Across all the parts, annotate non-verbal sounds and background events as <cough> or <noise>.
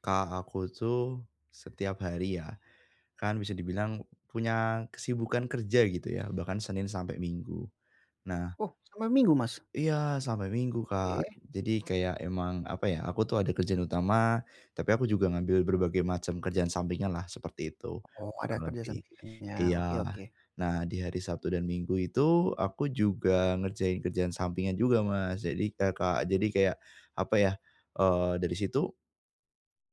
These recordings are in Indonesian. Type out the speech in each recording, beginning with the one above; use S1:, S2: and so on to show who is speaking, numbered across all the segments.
S1: Kak, aku tuh setiap hari ya, kan bisa dibilang punya kesibukan kerja gitu ya, bahkan Senin sampai Minggu. Nah,
S2: Oh, sampai Minggu, Mas?
S1: iya sampai Minggu, Kak.
S2: Oke.
S1: Jadi kayak emang apa ya, aku tuh ada kerjaan utama, tapi aku juga ngambil berbagai macam kerjaan sampingan lah seperti itu,
S2: Oh, ada
S1: kurang
S2: kerja
S1: lebih.
S2: sampingannya.
S1: Iya.
S2: Oke oke.
S1: Nah, di hari Sabtu dan Minggu itu aku juga ngerjain kerjaan sampingan juga, Mas. Jadi, eh, Kak, jadi kayak apa ya? Eh, dari situ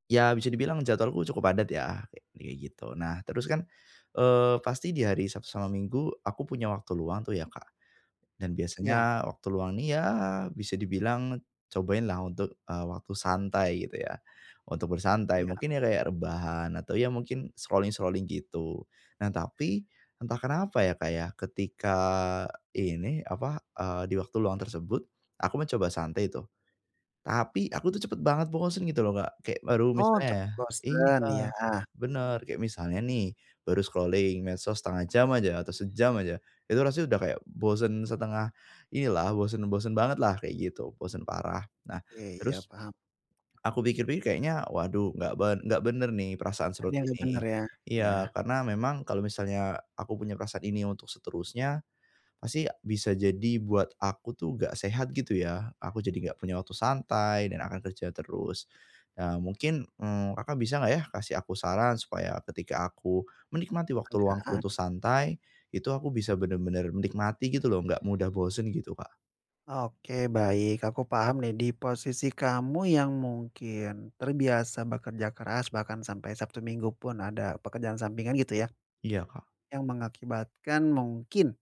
S1: ya bisa dibilang jadwalku cukup padat ya, kayak kayak gitu. Nah terus kan, pasti di hari Sabtu sama Minggu aku punya waktu luang tuh ya, Kak. Dan
S2: Iya
S1: biasanya waktu luang nih ya bisa dibilang cobain lah untuk, waktu santai gitu ya, untuk bersantai.
S2: Iya.
S1: Mungkin ya kayak rebahan atau ya mungkin scrolling-scrolling gitu. Nah tapi entah kenapa ya, Kak, ya ketika ini apa, di waktu luang tersebut aku mencoba santai tuh. Tapi aku tuh cepet banget bosen gitu loh, Kak. Kayak baru
S2: Oh,
S1: misalnya
S2: cepet
S1: ya
S2: bosen
S1: iya,
S2: ya.
S1: bener, kayak misalnya nih, baru scrolling medsos setengah jam aja atau 1 jam aja, itu rasanya udah kayak bosen setengah inilah, bosen bosen banget lah kayak gitu, bosen parah. Nah,
S2: Oke, iya
S1: terus
S2: paham.
S1: aku pikir-pikir kayaknya, waduh nggak bener nih perasaan
S2: Ada yang
S1: seperti
S2: nggak bener
S1: ini.
S2: ya? Iya,
S1: Iya, karena memang kalau misalnya aku punya perasaan ini untuk seterusnya, pasti bisa jadi buat aku tuh gak sehat gitu ya, aku jadi gak punya waktu santai dan akan kerja terus. Nah mungkin, Kakak bisa nggak ya kasih aku saran supaya ketika aku menikmati waktu luangku
S2: ada.
S1: untuk santai, itu aku bisa bener-bener menikmati gitu loh, nggak mudah bosen gitu, Kak.
S2: Oke, baik. Aku paham nih di posisi kamu yang mungkin terbiasa bekerja keras bahkan sampai Sabtu Minggu pun ada pekerjaan sampingan gitu ya,
S1: Iya, Kak.
S2: yang mengakibatkan mungkin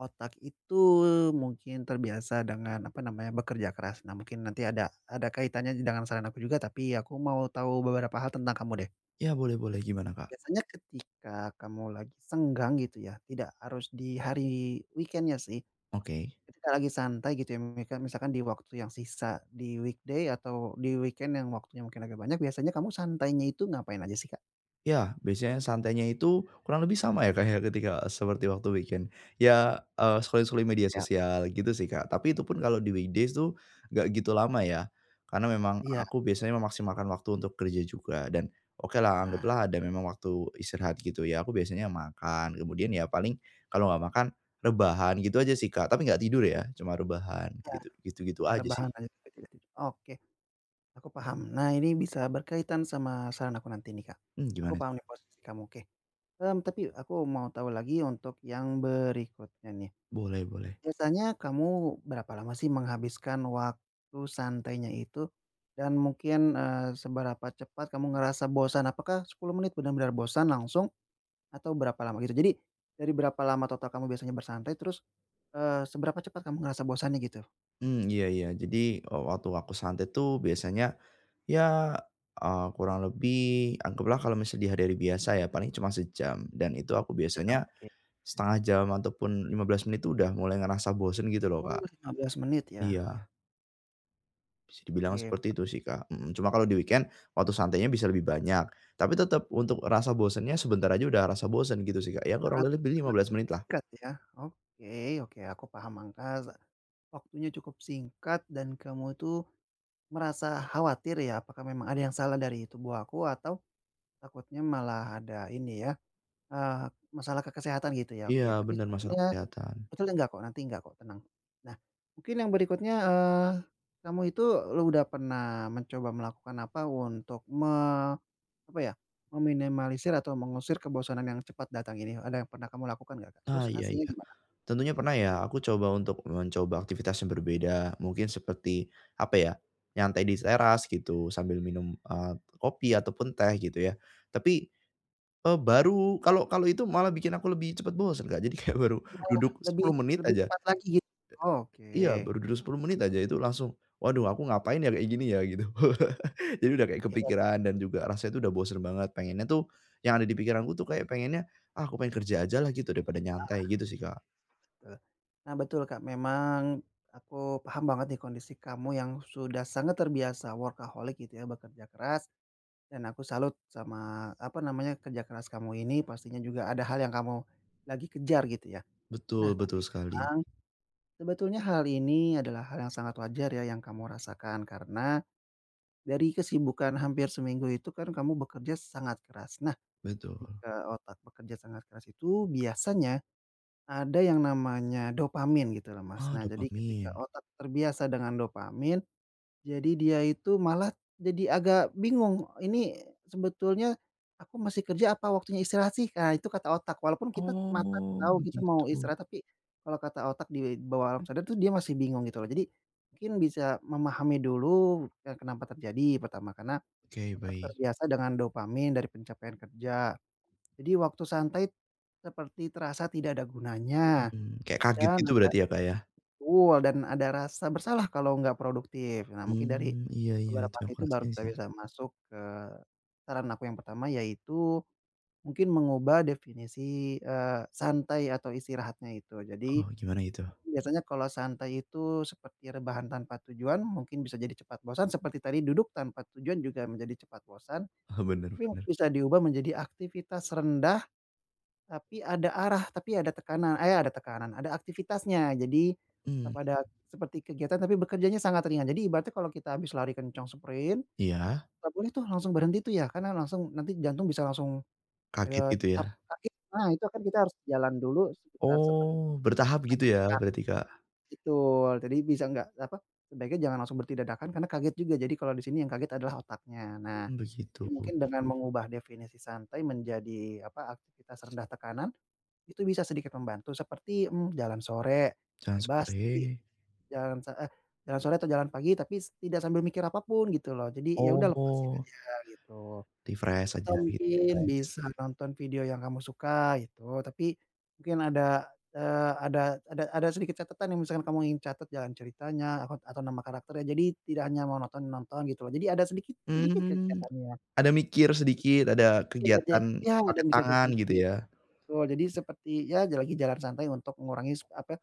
S2: otak itu mungkin terbiasa dengan, apa namanya, bekerja keras. Nah, mungkin nanti ada kaitannya dengan saran aku juga, tapi aku mau tahu beberapa hal tentang kamu deh.
S1: Iya, boleh boleh, gimana, Kak?
S2: Biasanya ketika kamu lagi senggang gitu ya, tidak harus di hari weekendnya sih,
S1: Oke.
S2: ketika lagi santai gitu ya, mika misalkan di waktu yang sisa di weekday atau di weekend yang waktunya mungkin agak banyak, biasanya kamu santainya itu ngapain aja sih, Kak?
S1: Ya, biasanya santainya itu kurang lebih sama ya, Kak, ya, ketika seperti waktu weekend. Ya, scrolling-scrolling media
S2: Ya.
S1: sosial gitu sih, Kak. Tapi itu pun kalau di weekdays tuh nggak gitu lama ya, karena memang
S2: Iya,
S1: aku biasanya memaksimalkan waktu untuk kerja juga dan oke lah
S2: nah,
S1: anggaplah ada memang waktu istirahat gitu ya, aku biasanya makan, kemudian ya paling kalau nggak makan rebahan gitu aja sih, Kak, tapi nggak tidur ya, cuma rebahan
S2: iya,
S1: gitu gitu-gitu
S2: ya
S1: aja
S2: rebahan
S1: sih.
S2: aja. Oke. Aku paham. Nah, ini bisa berkaitan sama saran aku nanti nih, Kak.
S1: Mmm,
S2: Aku
S1: gimana
S2: paham
S1: tuh?
S2: nih posisi kamu, oke. Tapi aku mau tahu lagi untuk yang berikutnya nih.
S1: Boleh boleh.
S2: Biasanya kamu berapa lama sih menghabiskan waktu santainya itu? Dan mungkin, seberapa cepat kamu ngerasa bosan? Apakah 10 menit benar-benar bosan langsung atau berapa lama gitu? Jadi dari berapa lama total kamu biasanya bersantai, terus, seberapa cepat kamu ngerasa bosannya gitu?
S1: Hmm, iya iya. Jadi, waktu aku santai tuh biasanya ya, kurang lebih anggaplah kalau misalnya di hari hari biasa ya paling cuma 1 jam dan itu aku
S2: Jam,
S1: biasanya
S2: oke.
S1: setengah jam ataupun 15 menit itu udah mulai ngerasa bosen gitu loh,
S2: Oh,
S1: Kak.
S2: 15 menit ya? Ya.
S1: Iya, bisa dibilang
S2: Oke.
S1: seperti itu sih, Kak, mhm, cuma kalau di weekend waktu santainya bisa lebih banyak, tapi tetap untuk rasa bosennya sebentar aja udah rasa bosen gitu sih, Kak, ya kurang
S2: Sangat
S1: lebih lima
S2: sangat
S1: belas menit lah.
S2: singkat ya? Oke oke aku paham Kak, waktunya cukup singkat dan kamu itu merasa khawatir ya apakah memang ada yang salah dari tubuh aku atau takutnya malah ada ini ya, eee, masalah ke kesehatan gitu ya?
S1: Iya,
S2: Oke tapi
S1: benar masalah
S2: sebenarnya
S1: kesehatan.
S2: betul enggak kok, nanti enggak kok, tenang. Nah mungkin yang berikutnya, kamu itu lu udah pernah mencoba melakukan apa untuk apa ya, meminimalisir atau mengusir kebosanan yang cepat datang ini? Ada yang pernah kamu lakukan nggak, Kak? Terus
S1: Ah, iya
S2: hasilnya
S1: iya.
S2: gimana?
S1: Tentunya pernah ya, aku coba untuk mencoba aktivitas yang berbeda, mungkin seperti, apa ya, nyantai di teras gitu sambil minum, kopi ataupun teh gitu ya. Tapi, baru kalau kalau itu malah bikin aku lebih cepat bosan, Kak. Jadi kayak baru duduk
S2: Lebih
S1: 10 menit
S2: lebih
S1: aja
S2: cepat lagi gitu? Oke.
S1: iya, baru duduk 10 menit aja itu langsung, "Waduh, aku ngapain ya kayak gini ya?" Gitu. <laughs> Jadi udah kayak
S2: Iya,
S1: kepikiran dan juga rasanya tuh udah bosen banget, pengennya tuh yang ada di pikiranku tuh kayak pengennya, "Ah, aku pengen kerja aja lah gitu daripada nyantai." Gitu sih, Kak.
S2: betul. Nah betul Kak, memang aku paham banget nih kondisi kamu yang sudah sangat terbiasa workaholic gitu ya, bekerja keras dan aku salut sama, apa namanya, kerja keras kamu ini pastinya juga ada hal yang kamu lagi kejar gitu ya.
S1: Betul
S2: Nah tapi
S1: betul sekali.
S2: memang sebetulnya hal ini adalah hal yang sangat wajar ya yang kamu rasakan karena dari kesibukan hampir seminggu itu kan kamu bekerja sangat keras. Nah
S1: Betul.
S2: ketika otak bekerja sangat keras itu biasanya ada yang namanya dopamin gitu loh, Mas.
S1: Oh,
S2: Nah, jadi ketika
S1: dopamin.
S2: otak terbiasa dengan dopamin, jadi dia itu malah jadi agak bingung, "Ini sebetulnya aku masih kerja apa waktunya istirahat sih?" Nah, itu kata otak. Walaupun kita mata tuh
S1: Oh,
S2: tahu kita mau
S1: begitu.
S2: istirahat, tapi kalau kata otak di bawah alam sadar tuh dia masih bingung gitu loh. Jadi mungkin bisa memahami dulu, kenapa terjadi. Pertama, karena
S1: Oke,
S2: otak
S1: baik.
S2: terbiasa dengan dopamin dari pencapaian kerja. Jadi waktu santai seperti terasa tidak ada gunanya.
S1: Mhm, kayak kaget
S2: Dan
S1: gitu
S2: ada
S1: berarti ya, Kak, ya?
S2: Betul, dan ada rasa bersalah kalau nggak produktif. Nah, mungkin dari
S1: Mmm, iya iya,
S2: beberapa
S1: itu
S2: hal
S1: yang aku
S2: itu baru
S1: rasain
S2: kita
S1: sih.
S2: bisa masuk ke saran aku yang pertama, yaitu mungkin mengubah definisi, santai atau istirahatnya itu. Jadi,
S1: Oh, gimana itu?
S2: biasanya kalau santai itu seperti rebahan tanpa tujuan, mungkin bisa jadi cepat bosan, seperti tadi duduk tanpa tujuan juga menjadi cepat bosan,
S1: Oh, bener
S2: tapi mungkin
S1: bener.
S2: bisa diubah menjadi aktivitas rendah tapi ada arah, tapi ada ada tekanan, ada aktivitasnya. Jadi,
S1: Mmm,
S2: kepada seperti kegiatan tapi bekerjanya sangat ringan. Jadi ibaratnya kalau kita habis lari kencang sprint,
S1: iya?
S2: nggak boleh tuh langsung berhenti tuh ya, karena langsung nanti jantung bisa langsung,
S1: Kaget gitu ya?
S2: cap kaget. Nah, itu kan kita harus jalan dulu sekitar setengah menit.
S1: Oh, bertahap gitu ya berarti, Kak?
S2: Betul, jadi bisa nggak apa, sebaiknya jangan langsung berhenti dadakan karena kaget juga. Jadi kalau di sini yang kaget adalah otaknya. Nah,
S1: Mmm,
S2: jadi
S1: begitu.
S2: mungkin dengan mengubah definisi santai menjadi apa, aktivitas rendah tekanan itu bisa sedikit membantu seperti, jalan sore,
S1: Jangan
S2: bebas
S1: spray.
S2: tapi jalan sa eh, jalan sore atau jalan pagi tapi tidak sambil mikir apa pun gitu loh, jadi ya udah lepasin
S1: Oh,
S2: aja gitu.
S1: refresh
S2: Atau
S1: aja gitu,
S2: mungkin
S1: relax.
S2: bisa nonton video yang kamu suka gitu, tapi mungkin ada, eee, ada sedikit catatan yang misalkan kamu ingin catat jalan ceritanya akot atau nama karakternya, jadi tidak hanya monoton nonton gitu loh, jadi ada sedikit sedikit
S1: Mmm,
S2: kegiatannya,
S1: ada mikir sedikit, ada
S2: sedikit aja
S1: kegiatan
S2: ya
S1: yang
S2: ada
S1: pakai
S2: mikir kayak
S1: tangan gitu
S2: sedikit.
S1: ya?
S2: Betul, jadi seperti ya lagi jalan santai untuk mengurangi apa,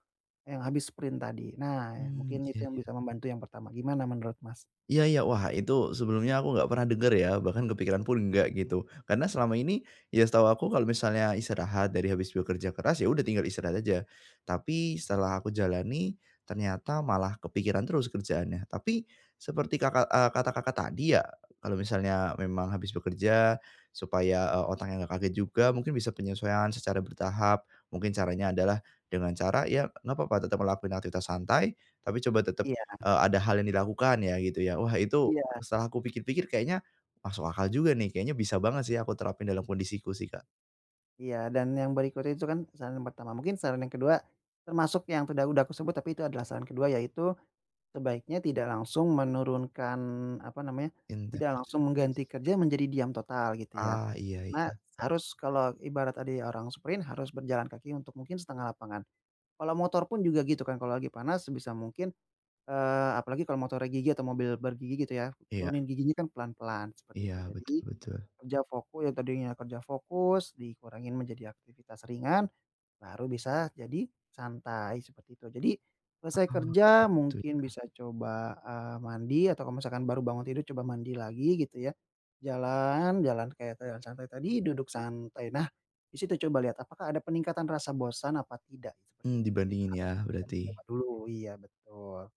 S2: yang habis sprint tadi. Nah,
S1: Mmm,
S2: mungkin itu yang
S1: iya.
S2: bisa membantu yang pertama, gimana menurut Mas?
S1: Iya iya. Wah, itu sebelumnya aku nggak pernah denger ya, bahkan kepikiran pun nggak gitu. Karena selama ini, ya setahu aku kalau misalnya istirahat dari habis bekerja keras, ya udah tinggal istirahat aja. Tapi setelah aku jalani, ternyata malah kepikiran terus kerjaannya. Tapi seperti Kakak, kata Kakak tadi ya, kalau misalnya memang habis bekerja, supaya, otaknya nggak kaget juga, mungkin bisa penyesuaian secara bertahap. Mungkin caranya adalah dengan cara, ya nggak apa-apa tetap melakukan aktivitas santai, tapi coba tetap
S2: Iya
S1: Ada hal yang dilakukan ya gitu ya. Wah, itu
S2: iya
S1: setelah aku pikir-pikir kayaknya masuk akal juga nih, kayaknya bisa banget sih aku terapin dalam kondisiku sih, Kak.
S2: iya, dan yang berikutnya itu kan saran yang pertama, mungkin saran yang kedua termasuk yang sudah aku sebut tapi itu adalah saran kedua yaitu sebaiknya tidak langsung menurunkan apa namanya, tidak
S1: Intens.
S2: langsung mengganti kerja menjadi diam total gitu ya.
S1: Ah, iya
S2: Nah,
S1: iya.
S2: harus kalau ibarat ada orang sprint harus berjalan kaki untuk mungkin setengah lapangan. Kalau motor pun juga gitu kan, kalau lagi panas sebisa mungkin apalagi kalau motornya gigi atau mobil bergigi gitu ya,
S1: Iya
S2: turunin giginya kan pelan-pelan, seperti itu.
S1: iya,
S2: Jadi,
S1: betul betul.
S2: kerja foku yang tadinya kerja fokus, dikurangin menjadi aktivitas ringan, baru bisa jadi santai, seperti itu. Jadi, selesai
S1: Ah,
S2: kerja
S1: gitu ya.
S2: mungkin bisa coba, mandi atau kalau misalkan baru bangun tidur coba mandi lagi gitu ya. Jalan jalan kayak jalan santai tadi, duduk santai. Nah, di situ coba lihat apakah ada peningkatan rasa bosan apa tidak, seperti
S1: Mmm,
S2: itu. Jadi
S1: dibandingin
S2: tahap
S1: ya
S2: bisa
S1: berarti.
S2: dicoba dulu, iya betul.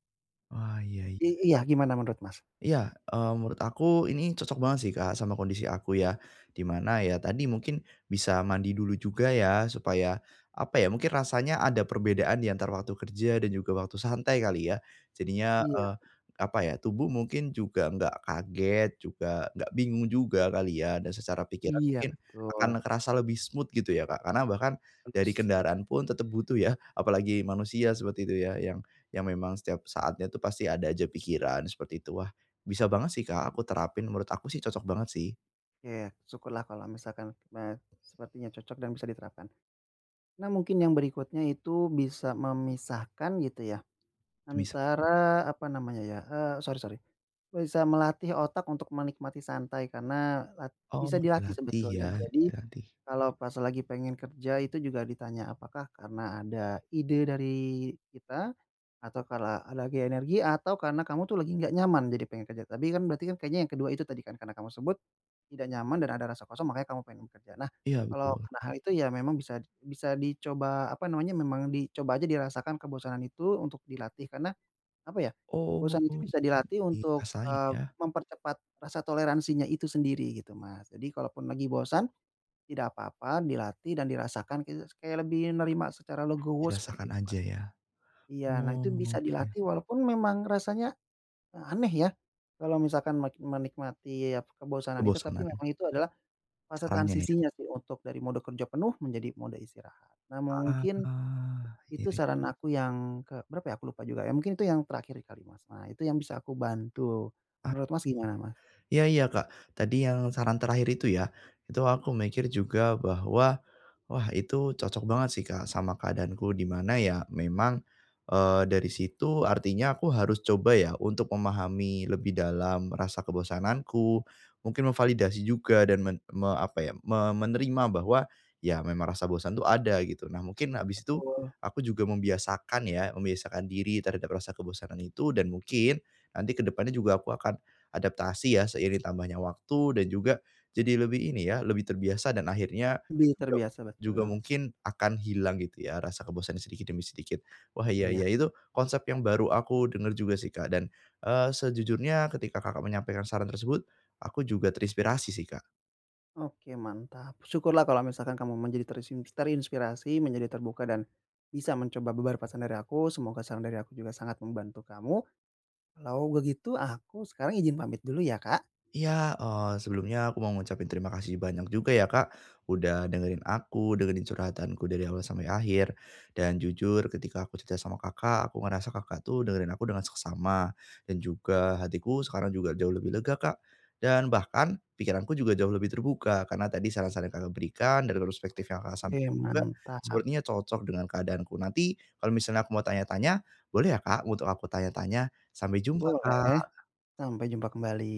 S1: Wah, iya iya.
S2: Iya, gimana menurut Mas?
S1: Iya, menurut aku ini cocok banget sih, Kak, sama kondisi aku ya. Di mana ya tadi mungkin bisa mandi dulu juga ya, supaya apa ya, mungkin rasanya ada perbedaan di antara waktu kerja dan juga waktu santai kali ya. Jadinya,
S2: Iya
S1: apa ya, tubuh mungkin juga nggak kaget, juga nggak bingung juga kali ya, dan secara pikiran
S2: iya,
S1: mungkin akan
S2: betul.
S1: kerasa lebih smooth gitu ya, Kak. Karena bahkan dari
S2: Terus iya,
S1: kendaraan pun tetap butuh ya, apalagi manusia seperti itu ya, yang memang setiap saatnya tuh pasti ada aja pikiran seperti itu. Bisa banget sih, Kak, aku terapin, menurut aku sih cocok banget sih.
S2: oke, syukurlah kalau misalkan, eee, sepertinya cocok dan bisa diterapkan. Nah, mungkin yang berikutnya itu bisa memisahkan gitu ya,
S1: Misa
S2: antara apa namanya ya, sorry sorry, bisa melatih otak untuk menikmati santai karena lat
S1: oh,
S2: bisa dilatih
S1: dilatih
S2: sebetulnya.
S1: ya,
S2: Jadi
S1: dilatih.
S2: kalau pas lagi pengen kerja itu juga ditanya apakah karena ada ide dari kita, atau karena ada lagi energi, atau karena kamu tuh lagi nggak nyaman jadi pengen kerja. Tapi kan berarti kan kayaknya yang kedua itu tadi kan karena kamu sebut tidak nyaman dan ada rasa kosong makanya kamu pengen bekerja. Nah,
S1: Iya,
S2: kalau
S1: betul.
S2: karena hal itu ya memang bisa bisa dicoba, apa namanya, memang dicoba aja dirasakan kebosanan itu untuk dilatih karena apa ya,
S1: Oh,
S2: bosan itu bisa dilatih untuk,
S1: dirasain ya,
S2: mempercepat rasa toleransinya itu sendiri gitu, Mas. Jadi kalaupun lagi bosan tidak apa-apa, dilatih dan dirasakan gitu, kayak lebih nerima secara legowo
S1: dirasakan
S2: seperti itu, Mas.
S1: aja ya.
S2: Iya, nah itu bisa
S1: Oh, iya,
S2: dilatih walaupun memang rasanya, aneh ya, kalau misalkan menikmati ya kebosanan itu, tapi
S1: kebosanan
S2: memang itu adalah fase
S1: caranya ya.
S2: transisinya sih untuk dari mode kerja penuh menjadi mode istirahat. Nah mungkin
S1: Ah, iya
S2: itu
S1: iya.
S2: saran aku yang ke berapa ya, aku lupa juga ya, mungkin itu yang terakhir kali, Mas. Nah itu yang bisa aku bantu.
S1: Ah,
S2: Menurut Mas gimana, Mas?
S1: iya iya, Kak, tadi yang saran terakhir itu ya, itu aku mikir juga bahwa wah, itu cocok banget sih, Kak, sama keadaanku di mana ya memang, dari situ artinya aku harus coba ya untuk memahami lebih dalam rasa kebosananku, mungkin memvalidasi juga dan men me apa ya, menerima bahwa ya memang rasa bosan itu ada gitu. Nah, mungkin habis itu
S2: Betul,
S1: aku juga membiasakan ya, membiasakan diri terhadap rasa kebosanan itu dan mungkin nanti ke depannya juga aku akan adaptasi ya seiring tambahnya waktu dan juga jadi lebih ini ya, lebih terbiasa dan akhirnya
S2: lebih terbiasa,
S1: juga
S2: betul.
S1: mungkin akan hilang gitu ya rasa kebosannya sedikit demi sedikit. Wah, iya. Mhm.
S2: Iya.
S1: Iya, itu konsep yang baru aku dengar juga sih, Kak, dan, sejujurnya ketika Kakak menyampaikan saran tersebut, aku juga terinspirasi sih, Kak.
S2: Oke mantap, syukurlah kalau misalkan kamu menjadi terinspirasi, menjadi terbuka dan bisa mencoba beberapa saran dari aku, semoga saran dari aku juga sangat membantu kamu. Kalau begitu aku sekarang izin pamit dulu ya, Kak.
S1: Iya, sebelumnya aku mau ngucapin terima kasih banyak juga ya, Kak, udah dengerin aku, dengerin curhatanku dari awal sampai akhir. Dan jujur ketika aku cerita sama Kakak, aku ngerasa Kakak tuh dengerin aku dengan seksama, dan juga hatiku sekarang juga jauh lebih lega, Kak. Dan bahkan pikiranku juga jauh lebih terbuka karena tadi saran-saran yang Kakak berikan dari perspektif yang Kakak
S2: Oke
S1: sampaikan juga
S2: mantap,
S1: sepertinya cocok dengan keadaanku. Nanti kalau misalnya aku mau tanya-tanya, boleh ya, Kak, untuk aku tanya-tanya? Sampai jumpa,
S2: boleh,
S1: Kak.
S2: sampai jumpa kembali.